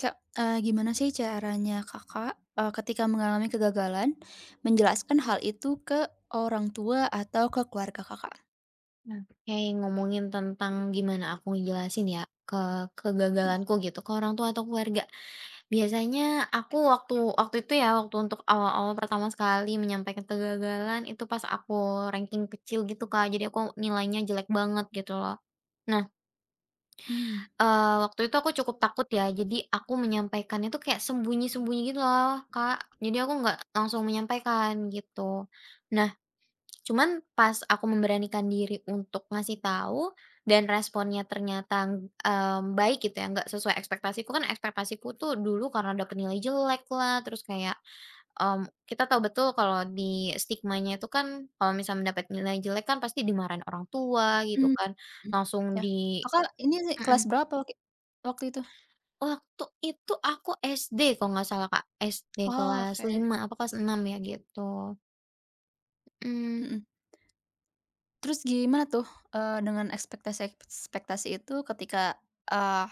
Se gimana sih caranya Kakak, ketika mengalami kegagalan, menjelaskan hal itu ke orang tua atau ke keluarga Kakak? Nah, kayak ngomongin tentang gimana aku ngejelasin ya, ke Mhm. kegagalanku gitu, ke orang tua atau keluarga. Biasanya aku waktu waktu itu ya, waktu untuk awal-awal pertama sekali menyampaikan kegagalan, itu pas aku ranking kecil gitu, Kak. Jadi aku nilainya jelek banget gitu loh. Nah, Mmm, waktu itu aku cukup takut ya, jadi aku menyampaikannya tuh kayak sembunyi-sembunyi gitu loh, Kak. Jadi aku nggak langsung menyampaikan, gitu. Nah, cuman pas aku memberanikan diri untuk ngasih tahu dan responnya ternyata, baik gitu ya, nggak sesuai ekspektasiku, kan ekspektasiku tuh dulu karena dapet nilai jelek lah terus kayak, kita tahu betul kalau di stigmanya itu kan, kalau misalnya mendapat nilai jelek kan pasti dimarahin orang tua gitu mmm, kan, mhm, langsung ya. di Kakak ini mhm. kelas berapa waktu itu? Waktu itu aku SD kalau nggak salah Kak, SD Oh, kelas oke. 5 apa kelas 6 ya gitu, mhm. Mhm. Terus gimana tuh, dengan ekspektasi-ekspektasi itu ketika, eee,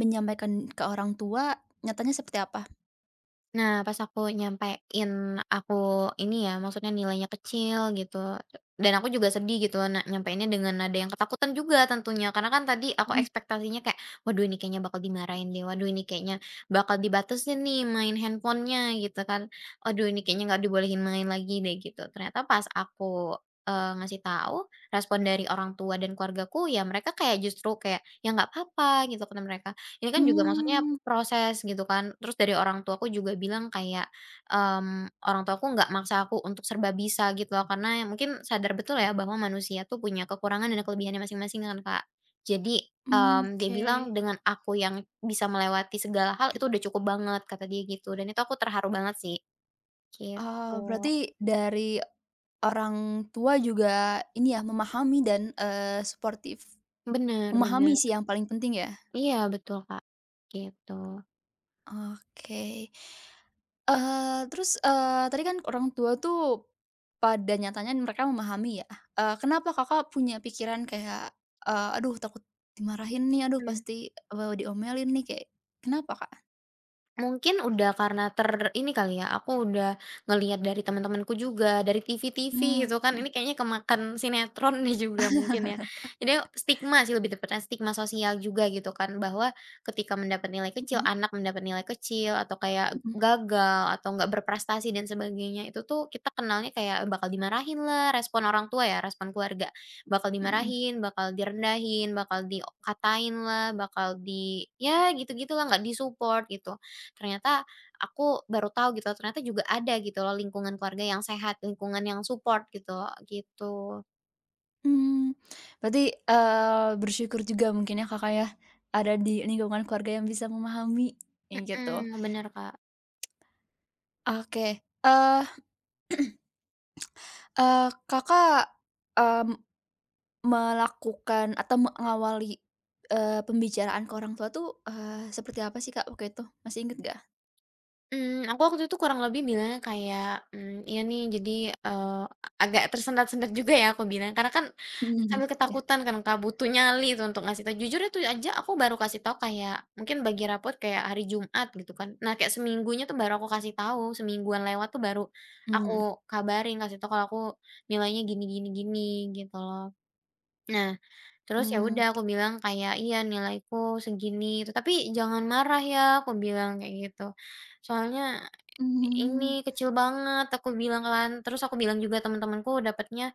menyampaikan ke orang tua, nyatanya seperti apa? Nah, pas aku nyampein aku ini ya, maksudnya nilainya kecil gitu, dan aku juga sedih gitu nyampeinnya dengan nada yang ketakutan juga tentunya. Karena kan tadi aku Mhm, ekspektasinya kayak, "Waduh ini kayaknya bakal dimarahin deh, waduh ini kayaknya bakal dibatasin nih main handphonenya gitu kan. Waduh ini kayaknya nggak dibolehin main lagi deh," gitu. Ternyata pas aku, ngasih tahu, respon dari orang tua dan keluargaku ya mereka kayak justru kayak, "Ya nggak apa-apa," gitu kata mereka. Ini kan juga maksudnya mmm, proses gitu kan, terus dari orang tuaku juga bilang kayak, mmm, orang tuaku nggak maksa aku untuk serba bisa gitu loh, karena ya mungkin sadar betul ya bahwa manusia tuh punya kekurangan dan kelebihannya masing-masing kan, Kak. Jadi, mmm, dia oke. bilang, "Dengan aku yang bisa melewati segala hal, itu udah cukup banget," kata dia gitu, dan itu aku terharu banget sih, Ah, gitu. berarti dari orang tua juga ini ya, memahami dan, suportif. Bener Memahami bener. sih yang paling penting ya? Iya betul, Kak, gitu. Oke. Terus, tadi kan orang tua tuh pada nyatanya mereka memahami ya, kenapa Kakak punya pikiran kayak, "Aduh takut dimarahin nih, aduh Mhm. pasti, diomelin nih," kayak kenapa, Kak? Mungkin udah karena ini kali ya, aku udah ngelihat dari teman-temanku juga, dari TV-TV Mmm, gitu kan, mhm ini kayaknya kemakan sinetron nih juga mungkin ya. Jadi stigma sih lebih tepatnya, stigma sosial juga gitu kan, bahwa ketika mendapat nilai kecil, mhm anak mendapat nilai kecil, atau kayak mhm gagal, atau nggak berprestasi dan sebagainya, itu tuh kita kenalnya kayak bakal dimarahin lah, respon orang tua ya, respon keluarga. Bakal mhm. dimarahin, bakal direndahin, bakal dikatain lah, bakal di ya gitu-gitu lah, nggak disupport gitu. Ternyata aku baru tahu gitu, ternyata juga ada gitu loh lingkungan keluarga yang sehat, lingkungan yang support gitu loh, gitu. Mmm, berarti, bersyukur juga mungkin ya Kakak ya, ada di lingkungan keluarga yang bisa memahami, kayak gitu. Mhm, bener, Kak. Oke, eh, eee, Kakak, mmm Melakukan atau mengawali, pembicaraan ke orang tua tuh, seperti apa sih Kak waktu itu? Masih inget gak? Mmm, aku waktu itu kurang lebih bilangnya kayak, iya nih jadi, eee, agak tersendat-sendat juga ya aku bilang karena kan Mhm, sambil ya, ketakutan kan Kak, butuh nyali tuh untuk ngasih tahu. Jujur itu aja aku baru kasih tahu kayak mungkin bagi rapot kayak hari Jumat gitu kan. Nah, kayak seminggunya tuh baru aku kasih tahu, semingguan lewat tuh baru aku mmm, kabarin, kasih tahu kalau aku nilainya gini gini gini gitu loh. Nah, terus ya mmm, udah aku bilang kayak, "Iya nilaiku segini itu, tapi jangan marah ya," aku bilang kayak gitu. Soalnya mmm, ini kecil banget aku bilang kan, terus aku bilang juga teman-temanku dapatnya,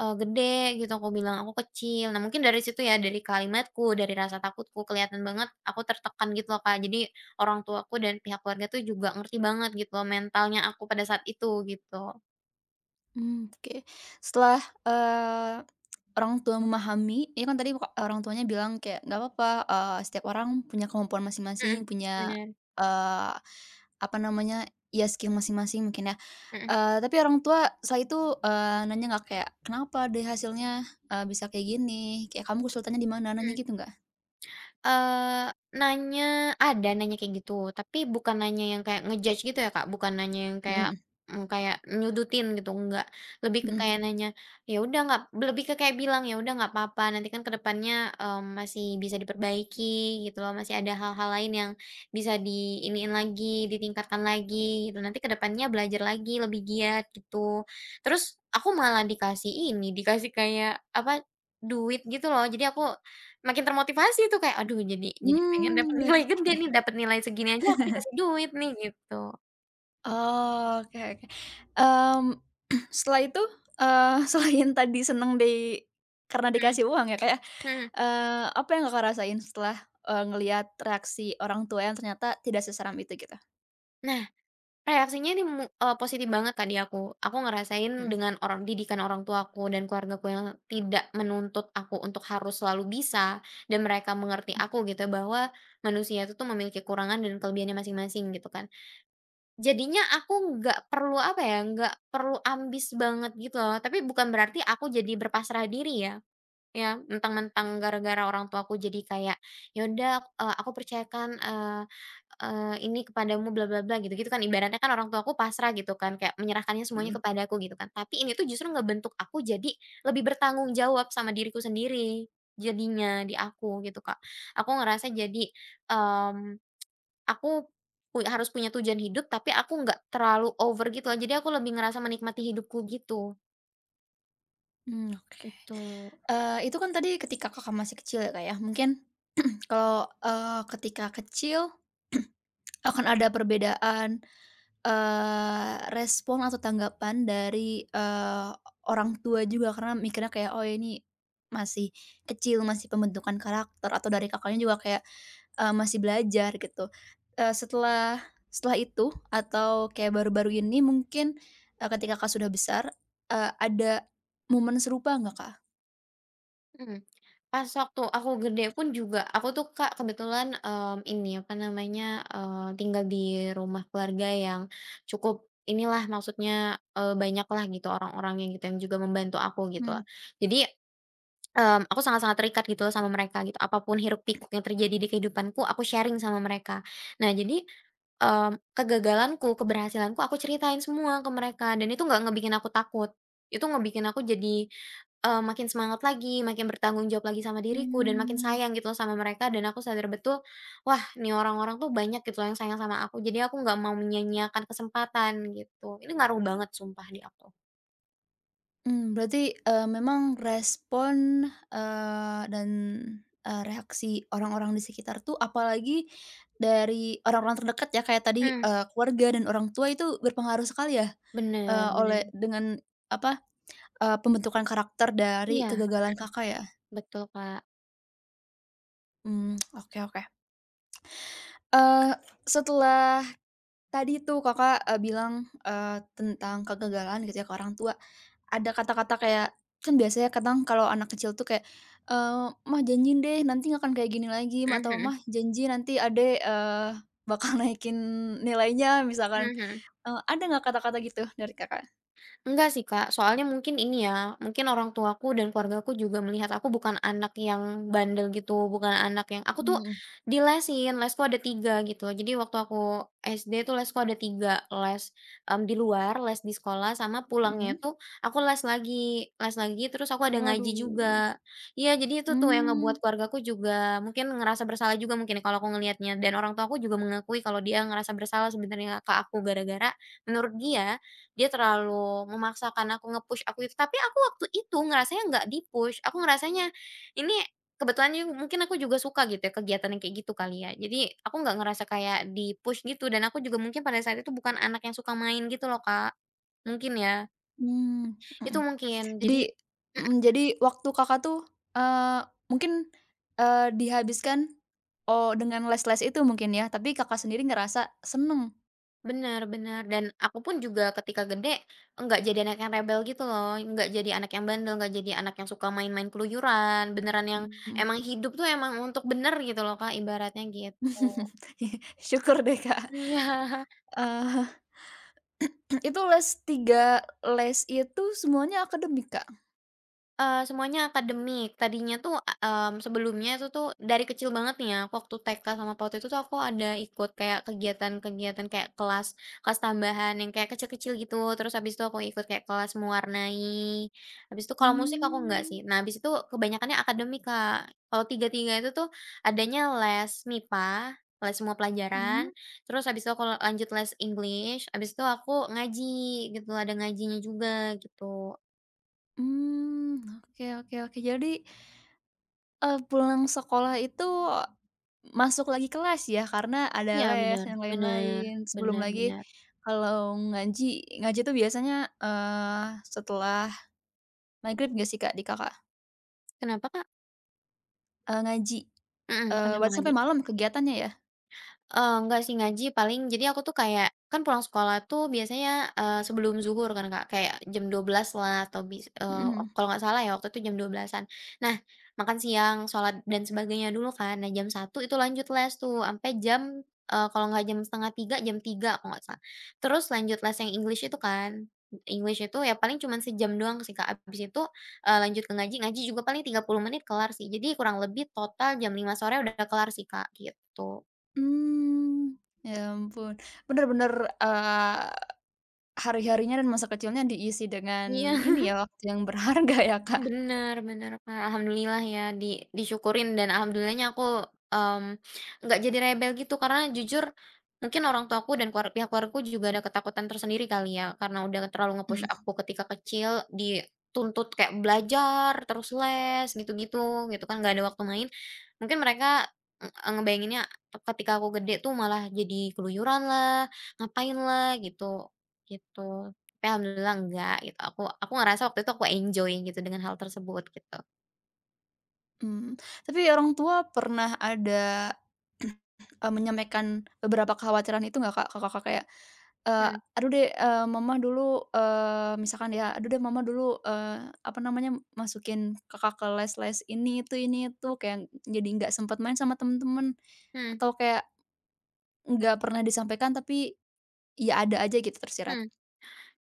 gede gitu, aku bilang aku kecil. Nah mungkin dari situ ya, dari kalimatku, dari rasa takutku kelihatan banget aku tertekan gitu loh, Kak. Jadi orang tuaku dan pihak keluarga tuh juga ngerti banget gitu loh mentalnya aku pada saat itu gitu. mmm, oke. Setelah, eee, orang tua memahami, ini kan tadi orang tuanya bilang kayak, "Nggak apa-apa, setiap orang punya kemampuan masing-masing, Mhm, punya, bener, eee, apa namanya, ya skill masing-masing," mungkin ya. mhm, Tapi orang tua setelah itu, nanya nggak kayak, "Kenapa deh hasilnya, bisa kayak gini? Kayak kamu kesulitannya di mana?" Nanya mhm. gitu nggak? Nanya ada nanya kayak gitu, tapi bukan nanya yang kayak nge-judge gitu ya, Kak, bukan nanya yang kayak, Mhm kayak nyudutin gitu, enggak. Lebih ke mhm. kayak nanya, ya udah nggak lebih ke kayak bilang, "Ya udah nggak apa-apa, nanti kan ke depannya, mmm, masih bisa diperbaiki," gitu loh, "masih ada hal-hal lain yang bisa diiniin lagi, ditingkatkan lagi," gitu, "nanti ke depannya belajar lagi, lebih giat," gitu. Terus aku malah dikasih ini, dikasih kayak, apa, duit gitu loh, jadi aku makin termotivasi tuh kayak, aduh jadi pengen dapet Mmm, nilai oke. gede nih, dapet nilai segini aja aku dikasih duit nih gitu. Oh, oke oke. Mmm, Setelah itu, selain tadi seneng di karena Mhm dikasih uang ya, Kak, ya, mhm. Apa yang Kakak rasain setelah, ngelihat reaksi orang tua yang ternyata tidak seseram itu gitu? Nah reaksinya ini positif banget Kak di aku. Aku ngerasain Mhm dengan orang didikan orang tuaku dan keluargaku yang tidak menuntut aku untuk harus selalu bisa, dan mereka mengerti mhm aku gitu ya bahwa manusia itu tuh memiliki kekurangan dan kelebihannya masing-masing gitu kan. Jadinya aku nggak perlu apa ya, nggak perlu ambis banget gitu loh, tapi bukan berarti aku jadi berpasrah diri ya. Ya, mentang-mentang gara-gara orang tuaku jadi kayak, "Ya udah, aku percayakan, eee eee, ini kepadamu bla bla bla," gitu-gitu kan. Ibaratnya kan orang tuaku pasrah gitu kan, kayak menyerahkannya semuanya mhm. kepadaku gitu kan. Tapi ini tuh justru ngebentuk aku jadi lebih bertanggung jawab sama diriku sendiri, jadinya di aku gitu, Kak. Aku ngerasa jadi, mmm, aku harus punya tujuan hidup, tapi aku nggak terlalu over gitu loh. Jadi aku lebih ngerasa menikmati hidupku gitu, Mmm, oke. itu. Itu kan tadi ketika Kakak masih kecil ya, Kak, ya, mungkin. Kalau, ketika kecil akan ada perbedaan, respon atau tanggapan dari, orang tua juga karena mikirnya kayak, "Oh, ini masih kecil, masih pembentukan karakter," atau dari kakaknya juga kayak, "Masih belajar," gitu. Eee, setelah setelah itu atau kayak baru-baru ini mungkin, ketika Kakak sudah besar, ada momen serupa nggak, Kak? Mhm. Pas waktu aku gede pun juga, aku tuh Kak kebetulan, mmm, ini apa namanya, tinggal di rumah keluarga yang cukup inilah maksudnya, banyaklah gitu orang-orangnya gitu yang juga membantu aku gitu. Hmm. Jadi, aku sangat-sangat terikat gitu loh sama mereka gitu, apapun hiruk pikuk yang terjadi di kehidupanku aku sharing sama mereka. Nah jadi, mmm, kegagalanku, keberhasilanku aku ceritain semua ke mereka dan itu nggak ngebikin aku takut, itu ngebikin aku jadi makin semangat lagi, makin bertanggung jawab lagi sama diriku dan makin Mmm. sayang gitu loh sama mereka dan aku sadar betul, wah nih orang-orang tuh banyak gitu loh yang sayang sama aku, jadi aku nggak mau menyia-nyiakan kesempatan gitu. Ini ngaruh banget sumpah di aku. Berarti, memang respon, dan, reaksi orang-orang di sekitar tuh apalagi dari orang-orang terdekat ya kayak tadi, Mmm. Keluarga dan orang tua itu berpengaruh sekali ya, Bener oleh bener. dengan apa, pembentukan karakter dari Iya, kegagalan mhm, Kakak ya? betul Kak. Mmm, oke oke. Eee, setelah Tadi tuh Kakak, bilang, eee, tentang kegagalan gitu ya ke orang tua. Ada kata-kata kayak kan biasanya kadang kalau anak kecil tuh kayak, "Mah janjiin deh nanti nggak akan kayak gini lagi," Ma," Mhm atau, mhm, "Mah janji nanti Adek, bakal naikin nilainya," misalkan. mhm mhm. Ada nggak kata-kata gitu dari Kakak? Enggak sih, Kak, soalnya mungkin ini ya, mungkin orang tuaku dan keluargaku juga melihat aku bukan anak yang bandel gitu, bukan anak yang aku tuh Mhm dilesin, lesku ada 3 gitu. Jadi waktu aku SD tuh lesku ada 3 les, di luar, les di sekolah, sama pulangnya mhm. itu aku les lagi, terus aku ada ngaji Waduh. juga. Iya, jadi itu tuh yang Mmm, ngebuat keluargaku juga mungkin ngerasa bersalah juga mungkin ya kalau aku ngelihatnya dan orang tuaku juga mengakui kalau dia ngerasa bersalah sebenarnya ke aku gara-gara menurut dia dia terlalu memaksakan aku nge-push aku itu, tapi aku waktu itu ngerasanya nggak di-push, aku ngerasanya ini kebetulan mungkin aku juga suka gitu ya kegiatan yang kayak gitu kali ya. Jadi aku nggak ngerasa kayak di-push gitu dan aku juga mungkin pada saat itu bukan anak yang suka main gitu loh, Kak. Mungkin ya, mmm, itu mhm. mungkin. Jadi Jadi mhm. mhm, jadi waktu Kakak tuh, eee, mungkin, dihabiskan, oh, dengan les-les itu mungkin ya, tapi Kakak sendiri ngerasa seneng? Bener bener, dan aku pun juga ketika gede, enggak jadi anak yang rebel gitu loh, enggak jadi anak yang bandel, enggak jadi anak yang suka main-main keluyuran, beneran yang Mhm. emang hidup tuh emang untuk bener gitu loh Kak, ibaratnya gitu. Syukur deh, Kak. Iya. Eee, itu les 3 les itu semuanya akademik, Kak? Semuanya akademik. Tadinya tuh, sebelumnya itu tuh dari kecil banget nih ya, aku waktu TK sama PAUD itu tuh aku ada ikut kayak kegiatan-kegiatan kayak kelas kelas tambahan yang kayak kecil-kecil gitu, terus habis itu aku ikut kayak kelas mewarnai, habis itu kalau musik aku enggak Mmm, sih. Nah, habis itu kebanyakannya akademik, Kak. Kalau tiga-tiga itu tuh adanya les MIPA, les semua pelajaran, mhm, terus habis itu aku lanjut les English, habis itu aku ngaji gitu, ada ngajinya juga gitu. mmm, oke oke oke. Jadi, pulang sekolah itu masuk lagi kelas ya, karena ada Iya les bener yang bener lain-lain. Sebelum bener lagi bener. Kalau ngaji, ngaji tuh biasanya, setelah magrib nggak sih, Kak, di Kakak? Kenapa Kak? Eee, ngaji, Mhm, kenapa Berarti lagi? sampai malam kegiatannya ya? Enggak sih ngaji paling jadi aku tuh kayak kan pulang sekolah tuh biasanya, sebelum zuhur kan Kak, kayak jam 12 lah atau Mhm. kalau nggak salah ya waktu itu jam 12-an. Nah, makan siang, sholat dan sebagainya dulu kan. Nah jam 1 itu lanjut les tuh sampai jam, kalau nggak jam setengah 3 jam 3 kalau nggak salah. Terus lanjut les yang English itu kan. English itu ya paling cuman sejam doang sih Kak, abis itu, lanjut ke ngaji, ngaji juga paling 30 menit kelar sih. Jadi kurang lebih total jam 5 sore udah kelar sih Kak, gitu. Mmm, ya ampun. Bener-bener, eee, hari-harinya dan masa kecilnya diisi dengan Iya. ini ya, waktu yang berharga ya, Kak? Bener bener, Kak, alhamdulillah ya di disyukurin dan alhamdulillahnya aku, mmm, nggak jadi rebel gitu karena jujur mungkin orang tuaku dan pihak keluargaku juga ada ketakutan tersendiri kali ya karena udah terlalu nge-push Mhm aku ketika kecil dituntut kayak belajar, terus les, gitu-gitu, gitu kan nggak ada waktu main. Mungkin mereka, ngebayanginnya ketika aku gede tuh malah jadi keluyuran lah, ngapain lah gitu, gitu. Tapi alhamdulillah enggak gitu, aku ngerasa waktu itu aku enjoy gitu dengan hal tersebut gitu. mhm. Tapi orang tua pernah ada, menyampaikan beberapa kekhawatiran itu nggak, Kak, ke Kakak kayak Eee, Mhm aduh deh, mama dulu, misalkan ya, aduh deh mama dulu, apa namanya, masukin Kakak ke les-les ini itu, kayak jadi nggak sempat main sama temen-temen, mhm atau kayak nggak pernah disampaikan tapi ya ada aja gitu tersirat. mhm.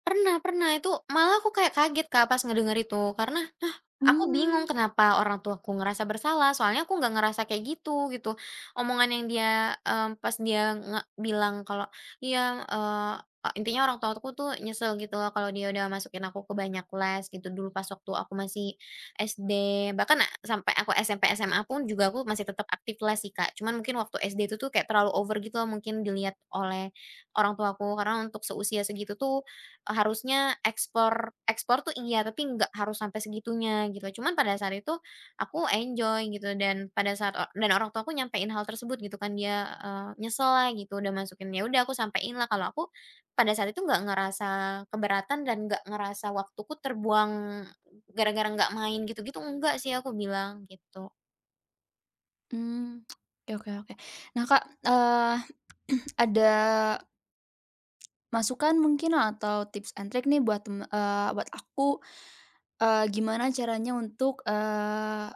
Pernah pernah, itu malah aku kayak kaget Kak pas ngedenger itu, karena, hah, aku bingung Hmm, kenapa orang tuaku ngerasa bersalah, soalnya aku nggak ngerasa kayak gitu, gitu. Omongan yang dia, pas dia bilang kalau, iya, eee, e intinya orang tuaku tuh nyesel gitu loh kalau dia udah masukin aku ke banyak les gitu dulu pas waktu aku masih SD, bahkan sampai aku SMP, SMA pun juga aku masih tetap aktif les sih Kak, cuman mungkin waktu SD itu tuh kayak terlalu over gitu loh mungkin dilihat oleh orang tuaku, karena untuk seusia segitu tuh harusnya ekspor ekspor tuh iya, tapi nggak harus sampai segitunya gitu. Cuman pada saat itu aku enjoy gitu dan pada saat dan orang tua aku nyampein hal tersebut gitu kan, dia, nyesel lah gitu udah masukin. Ya udah aku sampein lah kalau aku pada saat itu nggak ngerasa keberatan dan nggak ngerasa waktuku terbuang gara-gara nggak main gitu-gitu, enggak sih aku bilang, gitu. mmm, oke oke oke. Nah Kak, eee, ada masukan mungkin atau tips and trick nih buat buat aku, gimana caranya untuk,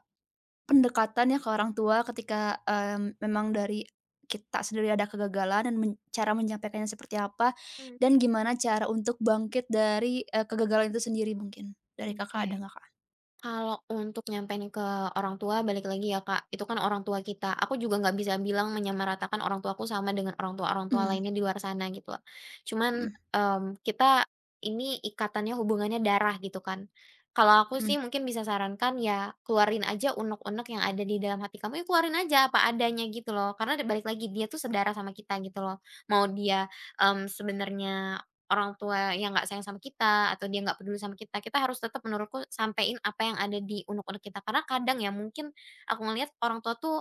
pendekatannya ke orang tua ketika, memang dari kita sendiri ada kegagalan dan cara menyampaikannya seperti apa, Mmm, dan gimana cara untuk bangkit dari, kegagalan itu sendiri mungkin. Dari Kakak ada oke. nggak, Kak? Kalau untuk nyampein ke orang tua, balik lagi ya Kak, itu kan orang tua kita. Aku juga nggak bisa bilang menyamaratakan orang tuaku sama dengan orang tua-orang tua Hmm, lainnya di luar sana gitu lah. Cuman, hmm, kita ini ikatannya, hubungannya darah gitu kan. Kalau aku hmm, sih mungkin bisa sarankan ya keluarin aja unek-unek yang ada di dalam hati kamu, ya keluarin aja apa adanya gitu loh. Karena balik lagi, dia tuh sedarah sama kita gitu loh. Mau dia, sebenarnya orang tua yang nggak sayang sama kita, atau dia nggak peduli sama kita, kita harus tetap menurutku sampein apa yang ada di unek-unek kita. Karena kadang ya mungkin aku ngelihat orang tua tuh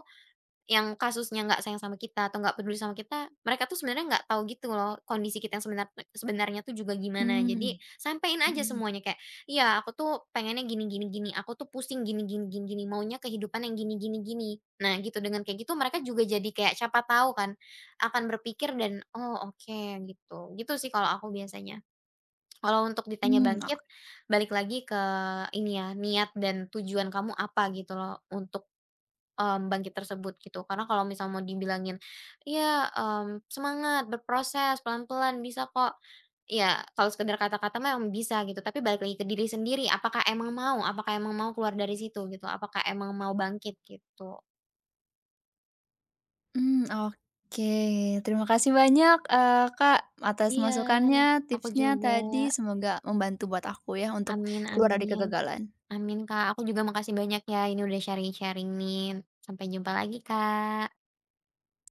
yang kasusnya nggak sayang sama kita atau nggak peduli sama kita, mereka tuh sebenarnya nggak tahu gitu loh kondisi kita yang sebenarnya tuh juga gimana. hmm, Jadi sampein aja hmm, semuanya kayak, "Iya aku tuh pengennya gini gini gini, aku tuh pusing gini gini gini gini, maunya kehidupan yang gini gini gini." Nah gitu, dengan kayak gitu mereka juga jadi kayak siapa tahu kan akan berpikir dan, "Oh oke," gitu. Gitu sih kalau aku biasanya. Kalau untuk ditanya mmm, ok bangkit, balik lagi ke ini ya, niat dan tujuan kamu apa gitu loh untuk, bangkit tersebut gitu. Karena kalau misal mau dibilangin, ya mmm, semangat, berproses, pelan-pelan, bisa kok." Ya kalau sekedar kata-kata mah emang bisa gitu, tapi balik lagi ke diri sendiri, apakah emang mau keluar dari situ gitu, apakah emang mau bangkit gitu. mmm, oke. Terima kasih banyak, Kak, atas Iya, masukannya, aku tipsnya juga. tadi, semoga membantu buat aku ya untuk Amin keluar dari amin. kegagalan. Amin Kak, aku juga makasih banyak ya ini udah sharing-sharing nih. Sampai jumpa lagi Kak.